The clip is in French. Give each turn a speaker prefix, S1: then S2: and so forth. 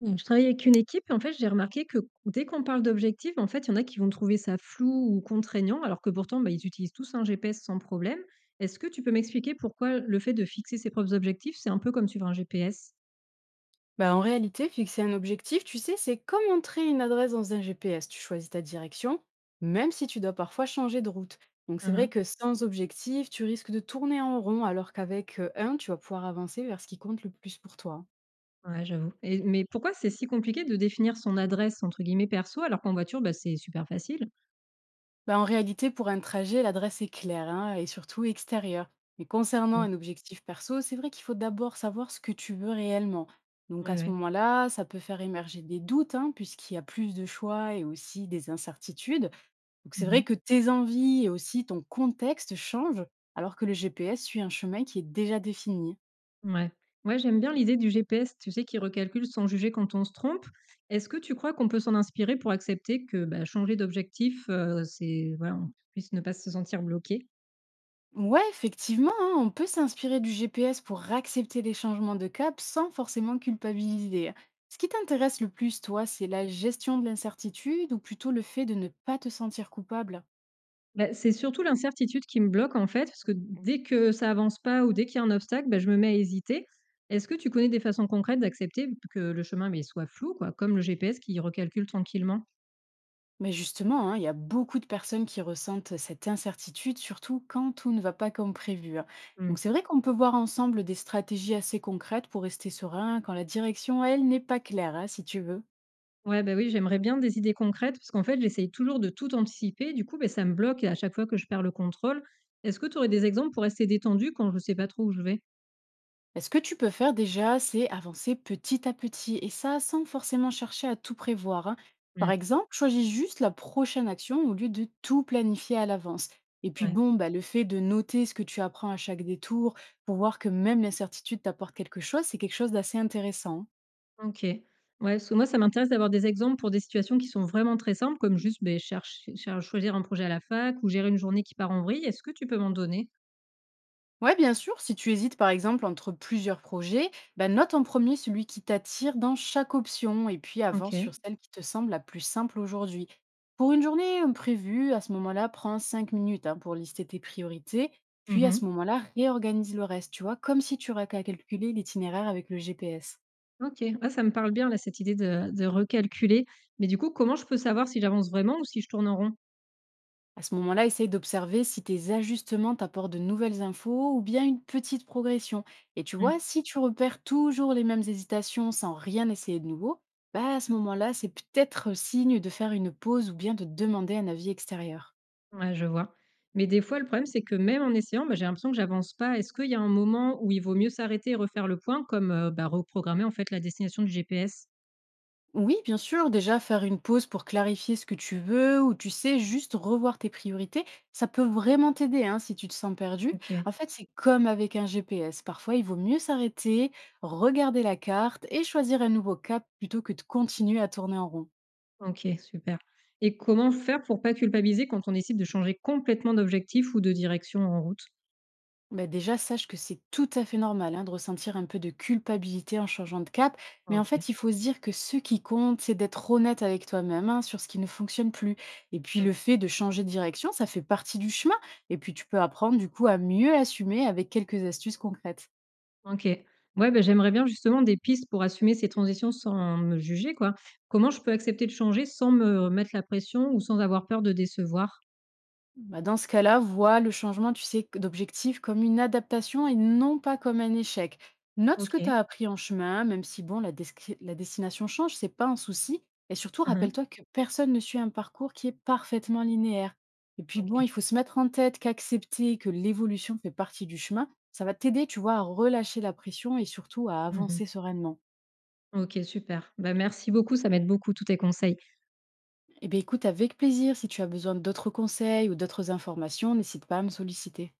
S1: Mmh, je travaille avec une équipe et j'ai remarqué que dès qu'on parle d'objectifs, en fait, il y en a qui vont trouver ça flou ou contraignant, alors que pourtant, bah, ils utilisent tous un GPS sans problème. Est-ce que tu peux m'expliquer pourquoi le fait de fixer ses propres objectifs, c'est un peu comme suivre un GPS?
S2: Bah, en réalité, fixer un objectif, tu sais, c'est comme entrer une adresse dans un GPS. Tu choisis ta direction, même si tu dois parfois changer de route. Donc c'est
S1: Mmh
S2: vrai
S1: mh.
S2: que sans objectif, tu risques de tourner en rond, alors qu'avec un, tu vas pouvoir avancer vers ce qui compte le plus pour toi.
S1: Ouais, j'avoue. Et mais pourquoi c'est si compliqué de définir son adresse entre guillemets «perso» alors qu'en voiture, bah, c'est super facile?
S2: Bah, en réalité, pour un trajet, l'adresse est claire hein, et surtout extérieure. Mais concernant
S1: Mmh.
S2: un objectif perso, c'est vrai qu'il faut d'abord savoir ce que tu veux réellement. Donc
S1: Ouais,
S2: à ce
S1: ouais.
S2: moment-là, ça peut faire émerger des doutes, hein, puisqu'il y a plus de choix et aussi des incertitudes. Donc c'est vrai
S1: Mmh.
S2: que tes envies et aussi ton contexte changent, alors que le GPS suit un chemin qui est déjà défini.
S1: Ouais. Ouais, j'aime bien l'idée du GPS, tu sais, qui recalcule sans juger quand on se trompe. Est-ce que tu crois qu'on peut s'en inspirer pour accepter que, bah, changer d'objectif, c'est voilà, on puisse ne pas se sentir bloqué?
S2: Ouais, effectivement, hein, on peut s'inspirer du GPS pour accepter les changements de cap sans forcément culpabiliser. Ce qui t'intéresse le plus, toi, c'est la gestion de l'incertitude ou plutôt le fait de ne pas te sentir coupable.
S1: Bah, c'est surtout l'incertitude qui me bloque, en fait, parce que dès que ça avance pas ou dès qu'il y a un obstacle, bah, je me mets à hésiter. Est-ce que tu connais des façons concrètes d'accepter que le chemin, mais soit flou, quoi, comme le GPS qui recalcule tranquillement?
S2: Mais justement, hein, il y a beaucoup de personnes qui ressentent cette incertitude, surtout quand tout ne va pas comme prévu, hein.
S1: Mmh.
S2: Donc c'est vrai qu'on peut voir ensemble des stratégies assez concrètes pour rester serein quand la direction, elle, n'est pas claire, hein, si tu veux.
S1: Ouais, bah, oui, j'aimerais bien des idées concrètes parce qu'en fait, j'essaye toujours de tout anticiper. Du coup, ben ça me bloque et à chaque fois que je perds le contrôle. Est-ce que tu aurais des exemples pour rester détendu quand je ne sais pas trop où je vais?
S2: Est-ce que tu peux faire déjà, c'est avancer petit à petit, et ça sans forcément chercher à tout prévoir, hein. Par
S1: Mmh,
S2: exemple, choisis juste la prochaine action au lieu de tout planifier à l'avance. Et puis
S1: ouais,
S2: bon, bah, le fait de noter ce que tu apprends à chaque détour, pour voir que même l'incertitude t'apporte quelque chose, c'est quelque chose d'assez intéressant, hein.
S1: OK. Ouais, parce que moi, ça m'intéresse d'avoir des exemples pour des situations qui sont vraiment très simples, comme juste ben choisir un projet à la fac ou gérer une journée qui part en vrille. Est-ce que tu peux m'en donner?
S2: Ouais, bien sûr, si tu hésites par exemple entre plusieurs projets, bah, note en premier celui qui t'attire dans chaque option et puis avance
S1: OK.
S2: sur celle qui te semble la plus simple aujourd'hui. Pour une journée prévue, à ce moment-là, prends 5 minutes hein, pour lister tes priorités, puis à ce
S1: Mhm.
S2: moment-là, réorganise le reste, tu vois, comme si tu aurais qu'à calculer l'itinéraire avec le GPS.
S1: OK. Ouais, ça me parle bien, là, cette idée de recalculer. Mais du coup, comment je peux savoir si j'avance vraiment ou si je tourne en rond?
S2: À ce moment-là, essaye d'observer si tes ajustements t'apportent de nouvelles infos ou bien une petite progression. Et tu vois, si tu repères toujours les mêmes hésitations sans rien essayer de nouveau, bah à ce moment-là, c'est peut-être signe de faire une pause ou bien de demander un avis extérieur.
S1: Ouais, je vois. Mais des fois, le problème, c'est que même en essayant, bah, j'ai l'impression que j'avance pas. Est-ce qu'il y a un moment où il vaut mieux s'arrêter et refaire le point, comme bah, reprogrammer en fait la destination du GPS?
S2: Oui, bien sûr, déjà faire une pause pour clarifier ce que tu veux ou tu sais juste revoir tes priorités, ça peut vraiment t'aider hein, si tu te sens perdu.
S1: Ok.
S2: En fait, c'est comme avec un GPS. Parfois, il vaut mieux s'arrêter, regarder la carte et choisir un nouveau cap plutôt que de continuer à tourner en rond.
S1: Ok, super. Et comment faire pour pas culpabiliser quand on décide de changer complètement d'objectif ou de direction en route?
S2: Bah déjà, sache que c'est tout à fait normal hein, de ressentir un peu de culpabilité en changeant de cap. Mais en
S1: Ok.
S2: fait, il faut se dire que ce qui compte, c'est d'être honnête avec toi-même hein, sur ce qui ne fonctionne plus. Et puis,
S1: Mm.
S2: le fait de changer de direction, ça fait partie du chemin. Et puis, tu peux apprendre du coup à mieux assumer avec quelques astuces concrètes.
S1: Ok. Ouais, bah, j'aimerais bien justement des pistes pour assumer ces transitions sans me juger, quoi. Comment je peux accepter de changer sans me mettre la pression ou sans avoir peur de décevoir?
S2: Bah, dans ce cas-là, vois le changement, tu sais, que- d'objectif comme une adaptation et non pas comme un échec. Note ce
S1: Ok.
S2: que tu as appris en chemin, même si bon, la, descri- la destination change, c'est pas un souci. Et surtout,
S1: Mhm.
S2: rappelle-toi que personne ne suit un parcours qui est parfaitement linéaire. Et puis
S1: Ok.
S2: bon, il faut se mettre en tête qu'accepter que l'évolution fait partie du chemin, ça va t'aider, tu vois, à relâcher la pression et surtout à
S1: Mhm.
S2: avancer sereinement.
S1: OK, super. Bah, merci beaucoup, ça m'aide beaucoup tous tes conseils.
S2: Eh bien écoute, avec plaisir, si tu as besoin d'autres conseils ou d'autres informations, n'hésite pas à me solliciter.